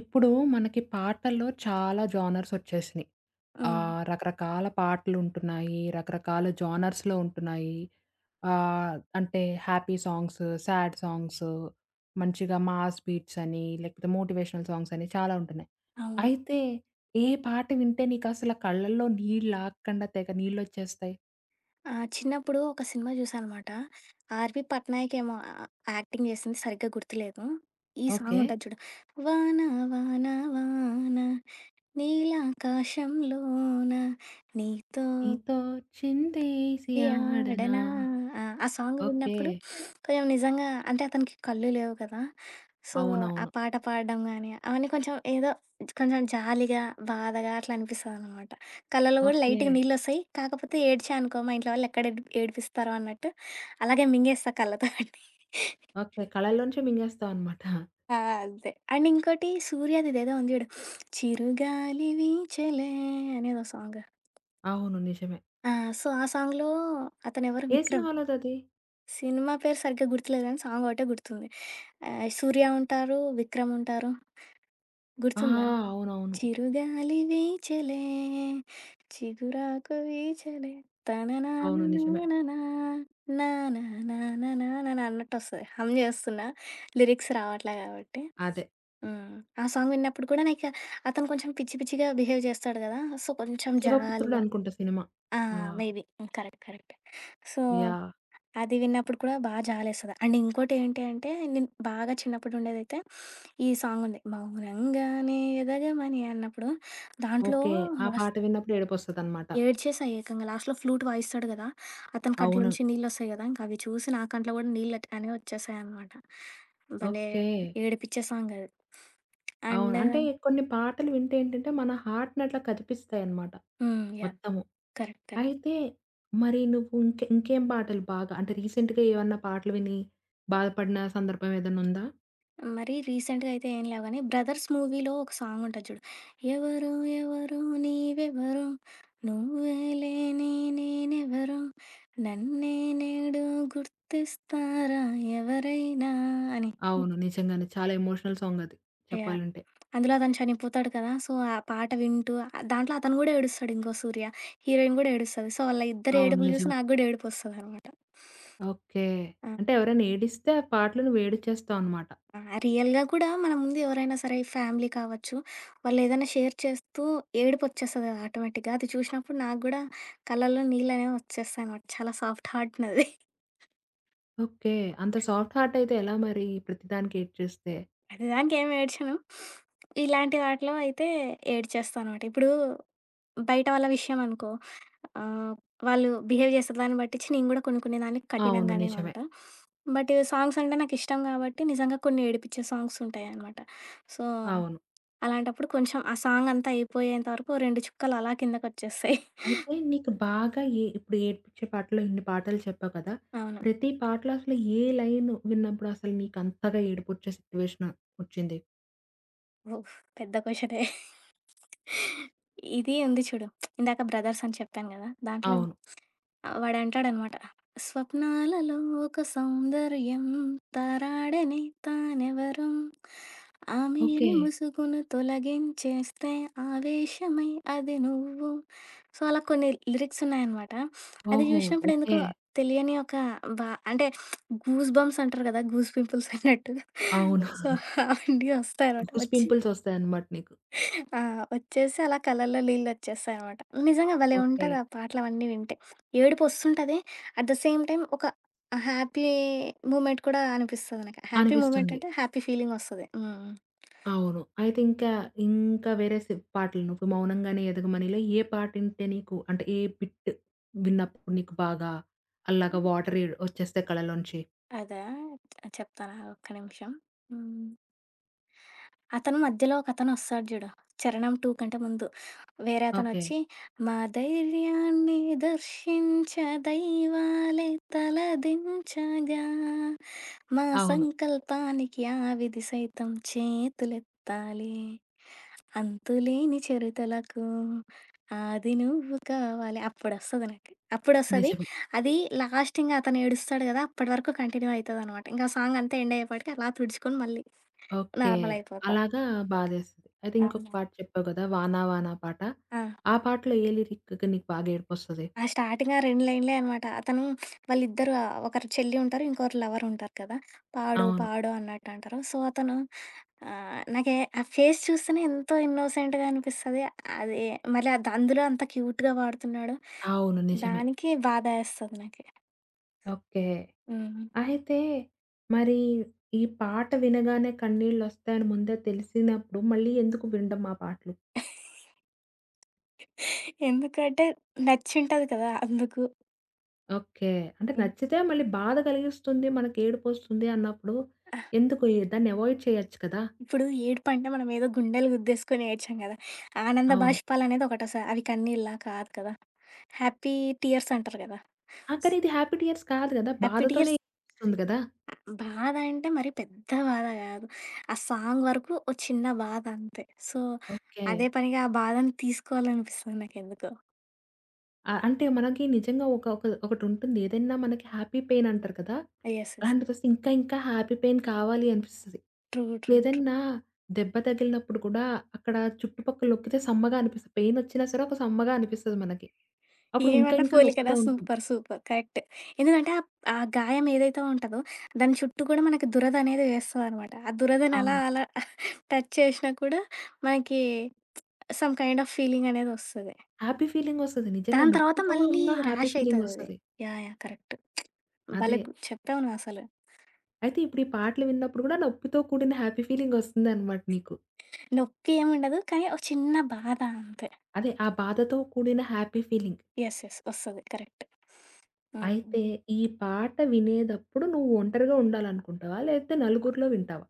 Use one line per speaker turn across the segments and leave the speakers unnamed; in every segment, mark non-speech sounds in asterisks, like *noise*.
ఇప్పుడు మనకి పాటల్లో చాలా జోనర్స్ వచ్చేసినాయి.
హ్మ్.
రకరకాల పాటలుంటున్నాయి. రకరకాల జోనర్స్‌లో ఉంటున్నాయి. అంటే హ్యాపీ సాంగ్స్, సాడ్ సాంగ్స్, మంచిగా మాస్ బీట్స్ అని, లేకపోతే మోటివేషనల్ సాంగ్స్ అని చాలా ఉంటున్నాయి.
అవును.
అయితే ఏ పాట వింటే నీకసల కళ్ళల్లో నీళ్ళాగకుండా తెగ నీళ్ళొచ్చేస్తాయి?
ఆ! చిన్నప్పుడు ఒక సినిమా చూసానమాట. 'ఆర్‌వి పట్నాయక్' ఏమో యాక్టింగ్ చేసింది సరిగ్గా గుర్తులేదు. ఈ సాంగ్
ఓకే.
ఉంటది చూడు. వాన వాన వాన నీలాకాశంలోన నీతో
నీతో చిందేసి ఆడనా.
యాడనా. ఆ! ఆ సాంగ్
ఓకే.
విన్నప్పుడు కొంచెం నిజంగా అంటే అతనికి కళ్ళు లేవు కదా! సో, ఆ
అవునవును.
పాట పాడడం గానీ, అవన్నీ కొంచెం ఏదో కొంచెం జాలీగా, బాధగా అట్లా అనిపిస్తదనమాట. కళ్ళలో గూడా
ఓకే.
లైట్‌గా నీళ్ళొస్తాయి. కాకపోతే ఏడ్చా అనుకో మా ఇంట్లో వాళ్ళు ఎక్కడ ఏడిపిస్తారో అన్నట్టు అలాగే మింగేస్తా కళ్ళతోటి.
ఓకే, కళలోంచే మింగేస్తావనమాట.
ఆ! అంతే. అండ్ ఇంకోటి 'సూర్యదిదేదో' ఉంది జూడు. 'చిరుగాలి వీచెలే' అనేదో సాంగ్.
అవును, నిజమే.
ఆ! సో, ఆ సాంగ్‌లో అతనెవరు
ఏ
'విక్రమ్.'
సినిమాలోదది?
సినిమా పేరు సరిగ్గా గుర్తులేదు గానీ సాంగొకటే గుర్తుంది. ఆహ్, 'సూర్య' ఉంటారు, 'విక్రమ్' ఉంటారు.
ఆ!
గుర్తుందా?
అవునవును.
చిరుగాలి వీచెలే చిగురాకు వీచెలే
అవును, నిజమే.
తననానానానా నానానానానానా అన్నట్టొస్తది. హమ్ జేస్తున్నా. లిరిక్స్ రావట్లే గాబట్టి.
అదే.
హ్మ్. ఆ సాంగ్ విన్నప్పుడు కూడా నాకు అతను కొంచెం పిచ్చి పిచ్చిగా బిహేవ్ చేస్తాడు గదా! సో, కొంచెం
'శివపుత్రుడు'
జాలిగా.
అనుకుంటా సినిమా.
ఆ!
ఆ!
Maybe. Hmm. Correct. Correct. So,
yeah!
అది విన్నప్పుడు కూడా బా జాలేస్తది. అండ్ ఇంకోటేంటి అంటే, నేను బాగా చిన్నప్పుడు ఉండేదైతే ఈ సాంగుంది. 'మౌనంగానే ఎదగమని' అన్నప్పుడు దాంట్లో
ఓకే. ఆ పాట
లాస్ట్
విన్నప్పుడు ఏడుపొస్తదనమాట.
ఏడ్చేసా ఏకంగా. లాస్ట్‌లో ఫ్లూట్ వాయిస్తాడు గదా! అతని
అవును.
కంట్లోంచి నీళ్ళొస్తాయి గదా! ఇంక అవి చూసి నా కంట్లో గూడా నీళ్ళు అనేవి వచ్చేసాయనమాట. భలే
ఓకే.
ఏడిపిచ్చే సాంగది.
అవును.
అండ్
అంటే కొన్ని పాటలు వింటే ఏంటంటే, మన హార్ట్‌నట్లా కదిపిస్తాయన్నమాట
హ్మ్. యాహ్!
మొత్తము.
కరెక్ట్. కరెక్ట్.
అయితే మరి నువ్వు ఇంక ఇంకేం పాటలు బాగా అంటే రీసెంట్‌గా ఏమన్నా పాటలు విని బాధపడిన సందర్భం ఏదన్నుందా?
మరి రీసెంట్‌గా అయితే ఏం లేవు గానీ 'బ్రదర్స్' మూవీలో ఒక సాంగ్ ఉంటది చూడు. ఎవరో ఎవరో నీవెవరో నువ్వేలే నే నేనెవరో నన్నే నేడు గుర్తిస్తారా ఎవరైనా అని.
అవును, నిజంగానే. చాలా ఎమోషనల్ సాంగది
యాహ్!
చెప్పాలంటే.
అందులో అతను చనిపోతాడు కదా! సో, ఆ పాట వింటూ దాంట్లో అతను గూడా ఏడుస్తాడు ఇంకో సూర్య. హీరోయిన్ గూడా ఏడుస్తది. సో, వాళ్ళ ఇద్దరి
అవును,
ఏడుపులు చూసి
నిజమే.
నాకు గూడా ఏడుపొస్తదనమాట.
ఓకే.
ఆ!
అంటే ఎవరైనా ఏడిస్తే ఆ పాటలు నువ్వు ఏడిచేస్తావనమాట.
ఆ! రియల్‌గా కూడా మన ముందు ఎవరైనా సరే ఫ్యామిలీ కావచ్చు, వాళ్ళేదైనా షేర్ చేస్తూ ఏడుపొచ్చేస్తది కదా! ఆటోమేటిక్‌గా. అది చూసినప్పుడు నాకు గూడా కళ్ళల్లో నీళ్ళనేవి వచ్చేస్తాయనమాట. చాలా సాఫ్ట్ హార్ట్ నాది.
ఓకే. అంత సాఫ్ట్ హార్ట్ అయితే ఎలా మరి ప్రతిదానికి ఏడ్చేస్తే?
అది దానికి ఏమి ఏడ్చను. ఇలాంటి వాటిలో అయితే ఏడ్చేస్తా అనమాట. ఇప్పుడు బయట వాళ్ళ విషయం అనుకో, ఆహ్, వాళ్ళు బిహేవ్ చేసే దాన్ని బట్టిచ్చి నేను కూడా కొన్ని కొన్ని దానికి
అవును,
కఠినంగానే
నిజమే.
ఉంటా. బట్ సాంగ్స్ అంటే నాకిష్టం కాబట్టి నిజంగా కొన్ని ఏడిపించే సాంగ్స్ ఉంటాయనమాట. సో,
అవును.
అలాంటప్పుడు కొంచెం ఆ సాంగ్ అంతా అయిపోయేంత వరకు ఓ 2 చుక్కలు అలా కిందకొచ్చేస్తాయి.
అయితే నీకు బాగా ఏ ఇప్పుడు ఏడ్పించే పాటల్లో ఇన్ని పాటలు చెప్పావు కదా!
అవును.
ప్రతి పాటలో అసలు ఏ లైన్ విన్నప్పుడు అసలు నీకు అంతగా ఏడుపొచ్చే సిట్యుయేషన్ వచ్చింది?
ఓహ్! పెద్ద క్వెషనే. ఇది ఉంది చూడు. ఇందాక 'బ్రదర్స్' అని చెప్పాను గదా! దాంట్లో
అవును.
వాడంటాడనమాట. స్వప్నాలలో ఒక సౌందర్యం తరాడని తానెవరో,
ఓకే.
ఆమెని ముసుగును తొలగించేస్తే ఆవేశమై అది నువ్వు. సో, అలా కొన్ని లిరిక్స్ ఉన్నాయనమాట. అది
ఓహో!
జూసినప్పుడు
ఓకే.
ఎందుకో తెలియని ఒక బా అంటే గూస్ బంప్స్ అంటారు గదా! గూస్ పింపుల్స్ అన్నట్టు.
అవును.
సో,
*laughs*
అవన్నీ వస్తాయనమాట.
గూస్
వచ్చి
పింపుల్స్ వస్తాయన్నమాట నీకు.
ఆ! వచ్చేసి అలా కళ్ళల్లో నీళ్ళొచ్చేస్తాయనమాట. నిజంగా భలే
ఓకే.
ఉంటది ఆ పాటలవన్నీ వింటే. ఏడుపొస్తుంటది. అట్ ద సేమ్ టైమ్ ఒక హ్యాపీ మూమెంట్ కూడా అనిపిస్తది నాకు. హ్యాపీ మూమెంట్
అనిపిస్తుంది.
అంటే హ్యాపీ ఫీలింగొస్తది. హ్మ్.
అవును. అయితే ఇంకా, ఇంకా వేరే సి పాటలు నువ్వు 'మౌనంగానే ఎదగమని'లో ఏ పాటింటే నీకు అంటే ఏ బిట్ విన్నప్పుడు నీకు బాగా అలాగా వాటర్ ఎ వచ్చేస్తే కళ్ళలోంచి?
అదా! చెప్తాను ఆగు ఒక్క నిమిషం. హ్మ్. అతను మధ్యలో ఒకతనొస్తాడు జూడు. 'చరణం 2' కంటే ముందు. వేరే
ఓకే.
అతనొచ్చి, మా ధైర్యాన్ని దర్శించ దైవాలే తలదించగా, మా
అవును,
సంకల్పానికి ఆ విధి సైతం చేతులెత్తాలి. అంతులేని చిరుతలకు ఆది నువ్వు కావాలి. అప్పుడొస్తది నాకు. అప్పుడొస్తది.
నిజమే.
అది లాస్ట్ ఇంగ అతను ఏడుస్తాడు గదా! అప్పటి వరకు కంటిన్యూ అయితదనమాట. ఇంక ఆ సాంగ్ అంతా ఎండ్ అయ్యేపాటికి అలా తుడుచుకొని మళ్ళీ
ఓకే.
నార్మల్ అయిపోతా.
అలాగా బాధేస్తది. అయితే ఇంకొక
అవునా?
పాట చెప్పావు కదా! 'వానా వానా' పాట.
ఆ!
ఆ పాటలో ఏ లిరిక్‌కి నీకు బాగా ఏడుపొస్తది?
ఆ స్టార్టింగ్ ఆ 2 లైన్‌లే అనమాట. అతను వాళ్ళిద్దరు ఒకరు చెల్లి ఉంటారు. ఇంకొకరు లవర్ ఉంటారు కదా! పాడు హ్మ్.
అవును.
పాడు అన్నట్టంటారు. సో, అతను నాకే ఆ ఫేస్ చూస్తేనే ఎంతో ఇన్నోసెంట్‌గా అనిపిస్తది. అది మళ్ళీ అది అందులో అంత క్యూట్‌గా పాడుతున్నాడు.
అవును, నిజమే.
దానికి బాధేస్తది నాకి.
ఓకే.
హ్మ్.
అయితే మరి ఈ పాట వినగానే కన్నీళ్ళొస్తాయని ముందే తెలిసినప్పుడు మళ్ళీ ఎందుకు వినడం ఆ పాటలు?
ఎందుకంటే నచ్చుంటది కదా! అందుకు.
ఓకే. అంటే
హ్మ్.
నచ్చితే మళ్ళీ బాధ కలిగిస్తుంది, మనకేడుపొస్తుంది అన్నప్పుడు
ఆహ్,
ఎందుకు ఈ దాన్ని అవాయిడ్ చేయొచ్చు కదా!
ఇప్పుడు ఏడుపంటే మనం ఏదో గుండెలు గుద్దేసుకొని ఏడ్చాం కదా! ఆనంద
అవును.
బాష్పాలనేది ఒకటొస్తది. అవి కన్నీళ్ళా? కాదు కదా! హ్యాపీ టీయర్స్ అంటారు కదా!
ఆ! కానీ ఇది హ్యాపీ టియర్స్ కాదు గదా!
హ్యాపీ
బాధతోనే
టియర్స్
ఏడుపొస్తుంది గదా!
బాధ అంటే మరి పెద్ద బాధ కాదు. ఆ సాంగ్ వరకు ఓ చిన్న బాధ అంతే. So,
okay.
అదే పనిగా ఆ బాధని తీసుకోవాలనిపిస్తుంది నాకెందుకో.
ఆ! అంటే మనకి నిజంగా ఒక ఒక ఒకటుంటుంది. ఏదైనా మనకి హ్యాపీ పెయిన్ అంటారు కదా!
యెస్. యెస్.
అలాంటిదొస్తే ఇంకా ఇంకా హ్యాపీ పెయిన్ కావాలి అనిపిస్తది.
ట్రూ. ట్రూ. ట్రూ.
ఇప్పుడేదన్నా దెబ్బ తగిలినప్పుడు కూడా అక్కడ చుట్టుపక్కల నొక్కితే సమ్మగా అనిపిస్తది. పెయినొచ్చినా సరే ఒక సమ్మగా అనిపిస్తది మనకి. అప్పుడు ఇంకా
ఏమన్నా
ఇంకా
పోలికనా
నొక్కుతా ఉంటాం.
సూపర్. సూపర్. కరెక్ట్. ఎందుకంటే ఆ గాయం ఏదైతే ఉంటదో దాని చుట్టూ కూడా మనకి దురద అనేది వేస్తదనమాట. ఆ దురదని అలా
అవును.
అలా టచ్ చేసినా కూడా మనకి సమ్ కైండ్ ఆఫ్ ఫీలింగ్ అనేది వస్తది.
హ్యాపీ ఫీలింగొస్తది. నిజంగా
దాని తర్వాత
నొప్పితో
మళ్ళీ
ఉన్న హ్యాపీ
ర్యాష్ అయితదది.
ఫీలింగొస్తది.
యాహ్! యాహ్! కరెక్ట్.
అదే.
భలే గు చెప్పావు నువ్వసలు.
అయితే ఇప్పుడు ఈ పాటలు విన్నప్పుడు గూడా నొప్పితో కూడిన హ్యాపీ ఫీలింగొస్తుందనమాట నీకు.
నొప్పి ఏముండదు. కానీ ఒక చిన్న బాధ అంతే.
అదే ఆ బాధతో కూడిన హ్యాపీ ఫీలింగ్.
యెస్. యెస్. వస్తది. కరెక్ట్. హ్మ్.
అయితే ఈ పాట వినేదప్పుడు నువ్వు ఒంటరిగా ఉండాలనుకుంటావా? లేతే నలుగురిలో వింటావా?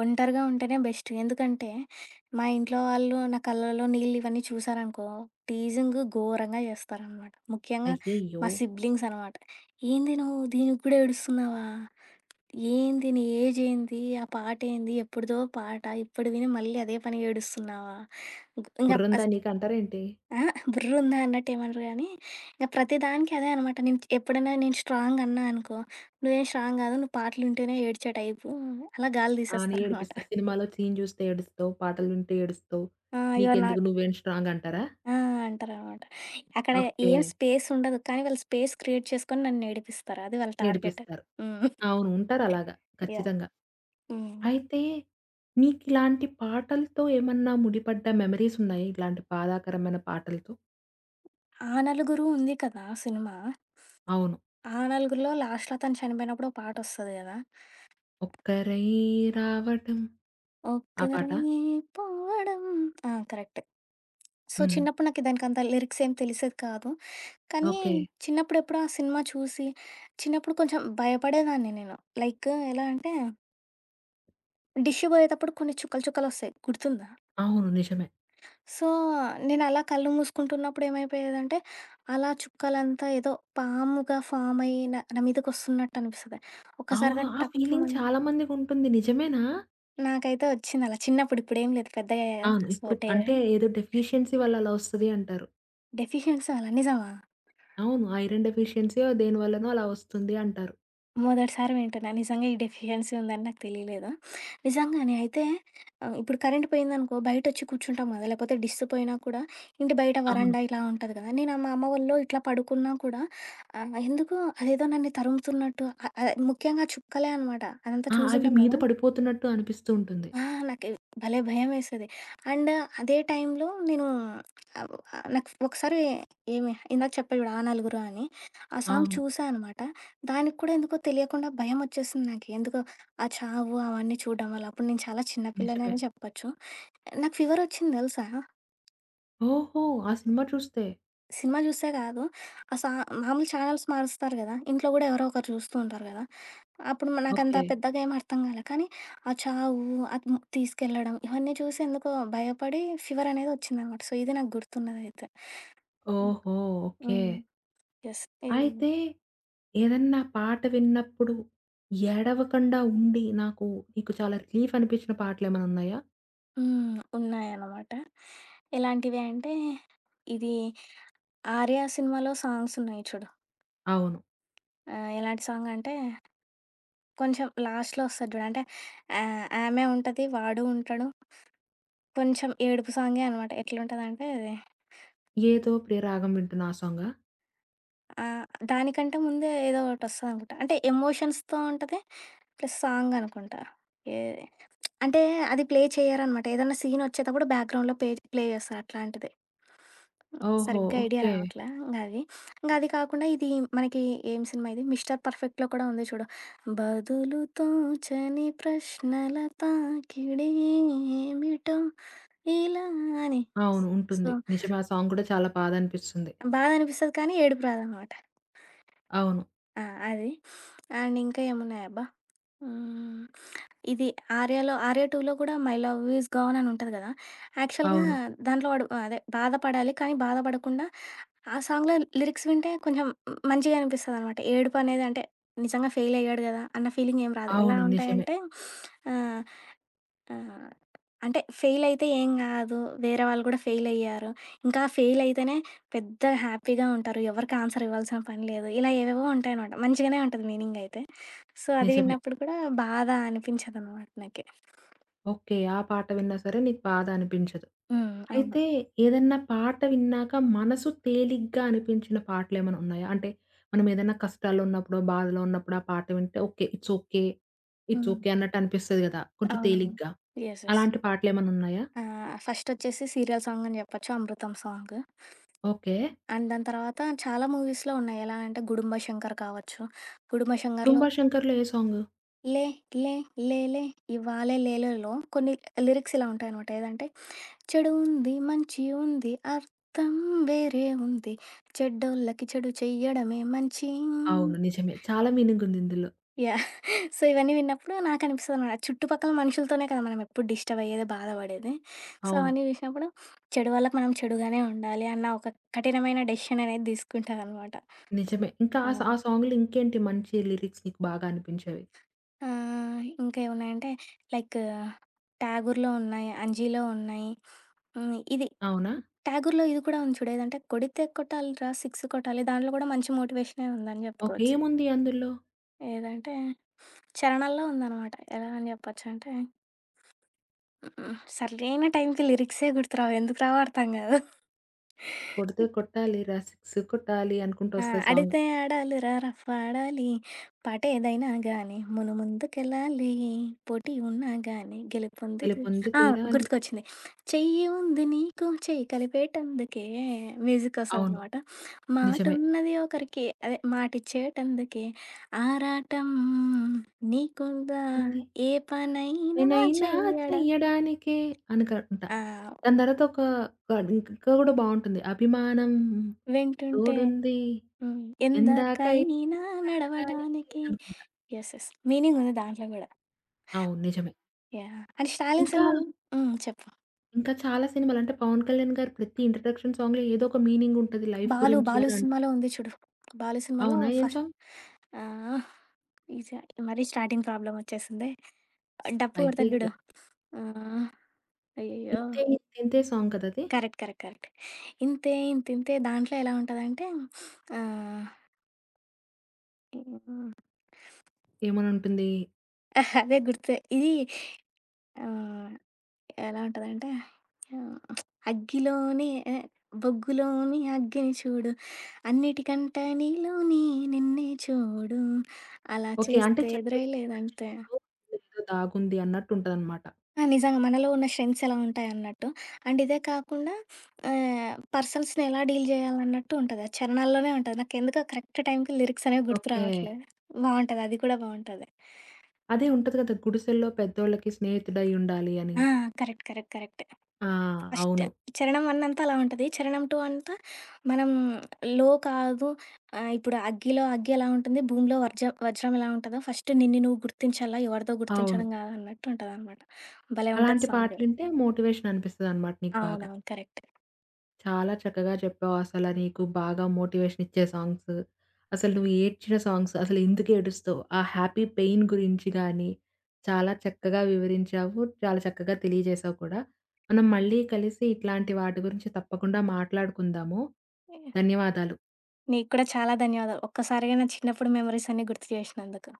ఒంటరిగా ఉంటేనే బెస్ట్. ఎందుకంటే, మా ఇంట్లో వాళ్ళు నా కళ్ళలో నీళ్ళు ఇవన్నీ చూసారనుకో, టీజింగ్ ఘోరంగా చేస్తారనమాట. ముఖ్యంగా
అయ్యయ్యో!
మా సిబ్లింగ్స్ అనమాట. "ఏంది నువ్వు దీనికి కూడా ఏడుస్తున్నావా? ఏంది నీ ఏజ్ ఏంది? ఆ పాటేంది? ఎప్పుడుదో పాట. ఇప్పుడు విని మళ్ళీ అదే పనిగా ఏడుస్తున్నావా?" ఇంగ
బుర్రుందా
అస్
నీకంటారేంటి?
ఆ! బుర్రుందా అన్నట్టేమనరు గానీ, ఇంక ప్రతి దానికి అదే అనమాట. నేను ఎప్పుడైనా నేను స్ట్రాంగ్ అన్నా అనుకో, "నువ్వేం స్ట్రాంగ్ గాదు. నువ్వు పాటలు వింటేనే ఏడ్చే టైపు" అలా గాలి
ఆ! అని
తీసేస్తారనమాట.
ఏడిపిస్తారు. సినిమాలో సీన్ చూస్తే ఏడుస్తావు, పాటలు వింటే ఏడుస్తావు.
ఆ! యు ఆర్
నీకెందుకు
నాట్
నువ్వేం స్ట్రాంగ్ అంటారా?
ఆ! అంటారనమాట. అక్కడ
ఓకే.
ఏం స్పేస్ ఉండదు. కానీ వాళ్ళు స్పేస్ క్రియేట్ చేసుకొని నన్నేడిపిస్తారు. అది వాళ్ళ టార్గెట్.
ఏడిపిస్తారు.
హ్మ్.
అవును, ఉంటారలాగా.
యాహ్!
ఖచ్చితంగా.
హ్మ్.
అయితే మీకిలాంటి పాటలతో ఏమన్నా ముడిపడ్డ మెమోరీస్ ఉన్నాయా? ఇలాంటి బాధాకరమైన పాటలతో?
'ఆ నలుగురు' ఉంది కదా సినిమా.
అవును.
'ఆ నలుగురులో' లాస్ట్‌లో అతను చనిపోయినప్పుడు ఒక పాటొస్తది గదా!
ఒక్కరై రావటం ఆ
"ఒక్కరై
పాటా?
పోవడం" ఆ! కరెక్ట్. సో,
హ్మ్.
చిన్నప్పుడు నాకు దానికంత లిరిక్స్ ఏం తెలిసేది కాదు. కానీ
ఓకే.
చిన్నప్పుడెప్పుడో ఆ సినిమా చూసి, చిన్నప్పుడు కొంచెం భయపడేదాన్ని నేను. లైక్ ఎలా అంటే, డిష్ పోయేటప్పుడు కొన్ని చుక్కలు చుక్కలొస్తాయి గుర్తుందా?
అవును, నిజమే.
సో, నేనలా కళ్ళు మూసుకుంటున్నప్పుడు ఏమైపోయేదంటే, అలా చుక్కలంతా ఏదో పాముగా ఫామ్ అయ్యి నా నా మీదకొస్తున్నట్టు అనిపిస్తది. ఒక్కసారిగా
అవును. ఆ ఫీలింగ్
టప్పుమని
చాలా మందికుంటుంది. నిజమేనా?
నాకైతే వచ్చిందలా చిన్నప్పుడు. ఇప్పుడేం లేదు
అవును.
పెద్దగయ్యాక. సో,
ఇప్పుడు అంటే ఏదో డెఫిషియన్సీ వల్ల అలా వస్తది అంటారు.
డెఫిషియన్సీ వల్ల. నిజమా?
అవును. ఐరన్ డెఫిషియన్సీయో దేనివల్లనో అలా వస్తుంది అంటారు.
మొదటిసారి వింటున్నా. నిజంగా ఈ డెఫిషియన్సీ ఉందని నాకు తెలీలేదు. నిజంగానే అయితే ఇప్పుడు కరెంట్ పోయిందనుకో బయటొచ్చి కూర్చుంటాం గదా! లేకపోతే డిష్ పోయినా కూడా ఇంటి బయట
అవును.
వరండా ఇలా ఉంటది గదా! నేను మా అమ్మ వొళ్ళో ఇట్లా పడుకున్నా కూడా ఎందుకో అదేదో నన్ను తరుముతున్నట్టు ఆహ్, ఆహ్, ముఖ్యంగా చుక్కలే అనమాట. అదంతా
ఆ! అవి
చూసుంటాం
మీద
గదా!
పడిపోతున్నట్టు అనిపిస్తూ ఉంటుంది.
ఆ! నాకి భలే భయమేసేది. అండ్ అదే టైంలో నేను ఆహ్, నాకు ఒకసారి ఏమి ఇందాక చెప్పా చూడు 'ఆ నలుగురు' అని. ఆ సాంగ్
అవును,
చూసా అనమాట. దానికి కూడా ఎందుకో తెలియకుండా భయమొచ్చేసింది నాకి. ఎందుకో ఆ చావు అవన్నీ చూడడం వల్ల. అప్పుడు నేను చాలా చిన్న పిల్లనే
నిజమే.
అని చెప్పొచ్చు. నాకు ఫీవరొచ్చింది తెలుసా!
ఓహో! ఆ సినిమా చూస్తే.
సినిమా జూసే గాదు. ఆ సా మామూలు ఛానెల్స్ మారుస్తారు గదా! ఇంట్లో గూడా ఎవరో ఒకరు జూస్తూ ఉంటారు గదా! అప్పుడు నాకంత
ఓకే.
పెద్దగా ఏం అర్థం గాలే. కానీ ఆ చావు, అది తీసుకెళ్ళడం ఇవన్నీ చూసి ఎందుకో భయపడి ఫీవర్ అనేది ఒచ్చిందనమాట. సో, ఇది నాకు గుర్తున్నదైతే. హ్మ్.
ఓహో! ఓకే.
హ్మ్. యెస్. ఇవి
అయితే ఏదన్నా పాట విన్నప్పుడు ఏడవకండా ఉండి నాకు నీకు చాలా రిలీఫ్ అనిపించిన పాటలేమైనా ఉన్నాయా?
హ్మ్. ఉన్నాయనమాట. ఎలాంటివి అంటే, ఇది 'ఆర్య' సినిమాలో సాంగ్స్ ఉన్నాయి చూడు.
అవును.
ఆహ్, ఎలాంటి సాంగ్ అంటే, కొంచెం లాస్ట్‌లో ఒస్తది జూడు. అంటే ఆమె ఉంటది, వాడు ఉంటాడు. కొంచెం ఏడుపు సాంగే అనమాట. ఎట్లుంటదంటే
'ఏదో ప్రియరాగం వింటున్నా' ఆ సాంగా?
ఆహ్, దానికంటే ముందే ఏదో ఒకటొస్తదనుకుంటా. అంటే ఎమోషన్స్‌తో ఉంటది. ప్లస్ సాంగ్ అనుకుంటా. ఏ అంటే అది ప్లే చేయరనమాట. ఏదన్నా సీన్ వచ్చేటప్పుడు బ్యాక్‌గ్రౌండ్‌లో పే ప్లే ప్లే చేస్తారు అట్లాంటిది.
ఓహో!
సరిగ్గా ఐడియా
ఓకే.
రావట్లే. ఇంగ అది. ఇంగ అది కాకుండా ఇది మనకి ఏం సినిమా ఇది 'మిస్టర్ పర్ఫెక్ట్‌లో' కూడా ఉంది చూడు. బదులు తోచని ప్రశ్నల తాకిడి ఏమిటో ఇలా అని.
అవును,
సో,
ఉంటుంది. నిజమే. ఆ సాంగ్ కూడా చాలా బాధ అనిపిస్తుంది.
బాధనిపిస్తది కానీ ఏడుపు రాదనమాట.
అవును.
ఆ! అది. అండ్ ఇంకా ఏమున్నాయబ్బా! హ్మ్. ఇది 'ఆర్యలో' 'ఆర్య 2'లో కూడా 'మై లవ్ ఈజ్ గాన్' అని ఉంటది కదా! యాక్చువల్‌గా
అవును.
దాంట్లో వాడు అదే బాధపడాలి. కానీ బాధపడకుండా ఆ సాంగ్‌లో లిరిక్స్ వింటే కొంచెం మంచిగా అనిపిస్తదనమాట. ఏడుపు అనేది అంటే నిజంగా ఫెయిల్ అయ్యాడు కదా! అన్న ఫీలింగ్ ఏం రాదు. ఎలా
అవును, నిజమే.
ఉంటాయంటే ఆహ్, ఆహ్, అంటే ఫెయిల్ అయితే ఏం కాదు. వేరే వాళ్ళు కూడా ఫెయిల్ అయ్యారు. ఇంకా ఫెయిల్ అయితేనే పెద్ద హ్యాపీగా ఉంటారు. ఎవరికీ ఆన్సర్ ఇవ్వాల్సిన పని లేదు. ఇలా ఏవేవో ఉంటాయనమాట. మంచిగానే ఉంటది మీనింగ్ అయితే. సో, అది
నిజమే.
విన్నప్పుడు కూడా బాధ అనిపించదనమాట నాకి.
ఓకే. ఆ పాట విన్నా సరే నీకు బాధ అనిపించదు.
హ్మ్. అవును.
అయితే ఏదన్నా పాట విన్నాక మనసు తేలిగ్గా అనిపించిన పాటలేమైనా ఉన్నాయా? అంటే మనం ఏదైనా కష్టాల్లో ఉన్నప్పుడో, బాధలో ఉన్నప్పుడు ఆ పాట వింటే okay. It's okay. It's
hmm.
Okay అన్నట్టు అనిపిస్తది గదా! కొంచెం
అవునవును.
తేలిగ్గా.
యెస్. యెస్.
అలాంటి పాటలేమైనా ఉన్నాయా?
ఆహ్, ఫస్టొచ్చేసి సీరియల్ సాంగ్ అని జెప్పొచ్చు 'అమృతం' సాంగ్.
ఓకే.
అండ్ దాని తర్వాత చాలా మూవీస్‌లో ఉన్నాయి. ఎలా అంటే 'గుడుంబ శంకర్' కావచ్చు. 'గుడుంబ
'కుటుంబ
శంకర్‌లో'
శంకర్‌లో' ఏ సాంగ్?
లే లే లేలే ఇవ్వాళే లేలేలో కొన్ని లిరిక్స్ ఇలా ఉంటాయనమాట. ఏదంటే చెడు ఉంది, మంచి ఉంది, అర్థం వేరే ఉంది. చెడ్డోళ్ళకి చెడు చెయ్యడమే మంచి.
అవును, నిజమే. చాలా మీనింగ్ ఉంది ఇందులో.
యాహ్! సో, ఇవన్నీ విన్నప్పుడు నాకనిపిస్తదనమాట. చుట్టుపక్కల మనుషులతోనే కదా మనం ఎప్పుడు డిస్టర్బ్ అయ్యేది, బాధపడేది. సో,
అవును,
అవన్నీ చూసినప్పుడు చెడు వాళ్ళకి మనం చెడుగానే ఉండాలి అన్న ఒక కఠినమైన డెసిషన్ అనేది తీసుకుంటాననమాట.
నిజమే. ఇంకా ఆ సా ఆ
అవును.
సాంగ్‌లో ఇంకేంటి మంచి లిరిక్స్ నీకు బాగా అనిపించేవి?
ఆహ్, ఇంకా ఏమున్నాయంటే లైక్ 'ఠాగూర్‌లో' ఉన్నాయి, 'అంజీలో' ఉన్నాయి. హ్మ్, ఇది
అవునా?
'ఠాగూర్‌లో' ఇది కూడా ఉంది చూడు ఏదంటే కొడితే కొట్టాలిరా 6 కొట్టాలి. దాంట్లో కూడా మంచి మోటివేషనే ఉందని
ఓకే.
చెప్పుకోవచ్చు.
ఏముంది అందులో?
ఏదంటే 'చరణాల్లో' ఉందనమాట. ఎలా అని చెప్పొచ్చంటే హ్మ్. సరైన టైంకి లిరిక్సే గుర్తురావు. ఎందుకు రావో అర్థం కాదు.
కొడితే కొట్టాలిరా సిక్స్ కొట్టాలి అనుకుంటూ
ఆ!
వస్తది సాంగ్.
అడితే ఆడాలిరా రఫ్ ఆడాలి. పాటేదైనా గానీ ముందుకెళ్ళాలి. పోటీ ఉన్నా గానీ గెలుపొందుకు.
గెలుపొంది
ఆ!
తీరాలి.
గుర్తుకొచ్చింది. చెయ్యి ఉంది నీకు చెయ్యి కలిపేటందుకే మ్యూజిక్ కోసం
అవును,
అనమాట.
నిజమే.
మాటున్నది ఒకరికి అదే మాటిచ్చేటందుకే ఆరాటం నీకుందా
ఉంది.
ఏ పనైనా
నేనైనా
చెయ్యడం.
చెయ్యడానికే అనుకుంటా.
ఆ!
దాని తర్వాత ఒక కాదు ఇంకా కూడా బావుంటుంది. అభిమానం
వింటుంటే
తోడుంది
హ్మ్.
ఎందాకైనా
ఎందాకైనా
నడపడానికి
నడవడానికే.
అనుకుంటా.
యెస్. యెస్. మీనింగ్ ఉంది దాంట్లో గూడా.
అవును, నిజమే.
యాహ్! అంటే 'స్టాలిన్'
ఇంకా,
సినిమాలో హ్మ్. చెప్పు.
ఇంకా చాలా సినిమాలు అంటే పవన్ కళ్యాణ్ గారి ప్రతి ఇంట్రడక్షన్ సాంగ్‌లో ఏదో ఒక మీనింగ్ ఉంటది లైఫ్ గురించి
'బాలు'
అని అంటారు.
సినిమాలో ఉంది చూడు. 'బాలు' సినిమాలో
అవునా? ఏం
ఫస్ట్
సాంగ్?
ఆ! ఇజ మరీ స్టార్టింగ్ ప్రాబ్లమ్ వచ్చేసిందే. డప్పు కొడతాడు
అయ్యయ్యో!
జూడు. ఆ! అయ్యయ్యో!
'ఇంతే ఇంతింతే' సాంగ్ కదా అది?
కరెక్ట్. కరెక్ట్. కరెక్ట్. ఇంతే ఇంతింతే దాంట్లో ఎలా ఉంటదంటే ఆహ్,
ఏమని ఉంటుంది?
అదే గుర్తు. ఇది ఆ! ఎలా ఉంటదంటే ఆహ్, అగ్గిలోనే బొగ్గులోని అగ్గిని చూడు, అన్నిటికంటే నీలోని నిన్నే చూడు, అలా
ఓకే. అంటే
చేస్తే
చెడులో
ఎదురై
మంచి
లేదంతే.
చూడు, ఇందులో ఏదో దాగుంది అన్నట్టు ఉంటదన్నమాట.
ఆ! నిజంగా మనలో ఉన్న స్ట్రెంగ్త్స్ ఎలా ఉంటాయన్నట్టు. అండ్ ఇదే కాకుండా ఆహ్, పర్సన్స్‌ని ఎలా డీల్ చేయాలన్నట్టు ఉంటది. ఆ చరణాల్లోనే ఉంటది. నాకెందుకో కరెక్ట్ టైంకి లిరిక్స్ అనేవి గుర్తు
ఓకే.
రావట్లేదు. బావుంటది. అది కూడా బావుంటది.
అదే ఉంటది కదా! గుడిసెల్లో పెద్దోళ్ళకి స్నేహితుడై ఉండాలి అని.
ఆ! కరెక్ట్. కరెక్ట్. కరెక్ట్.
ఆ!
ఫస్ట్
అవును.
చరణం 1 అంతా అలా ఉంటది. చరణం 2 అంతా మనం లో కాదు ఆహ్, ఇప్పుడు 'అగ్గిలో అగ్గి' ఎలా ఉంటుంది, 'భూమిలో వర్జ వజ్రం' ఎలా ఉంటదో ఫస్ట్ నిన్ను నువ్వు గుర్తించాలా, ఎవరిదో
అవును.
గుర్తించడం కాదన్నట్టు ఉంటదనమాట. భలే ఉంటది
అలాంటి
సాంగ్.
పాటలింటే మోటివేషన్ అనిపిస్తదనమాట నీకు బాగా.
అవునవును. కరెక్ట్.
చాలా చక్కగా చెప్పావు. అసల నీకు బాగా మోటివేషన్ ఇచ్చే సాంగ్స్, అసలు నువ్వు ఏడ్చిన సాంగ్స్, అసలు ఎందుకు ఏడుస్తావు? ఆ హ్యాపీ పెయిన్ గురించి గానీ, చాలా చక్కగా వివరించావు. చాలా చక్కగా తెలియజేశావు కూడా. మనం మళ్ళీ కలిసి ఇట్లాంటి వాటి గురించి తప్పకుండా మాట్లాడుకుందాము. ధన్యవాదాలు.
నీకు కూడా చాలా ధన్యవాదాలు. ఒక్కసారిగా నా చిన్నప్పుడు మెమోరీస్ అన్నీ గుర్తు చేసినందుకు.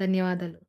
ధన్యవాదాలు.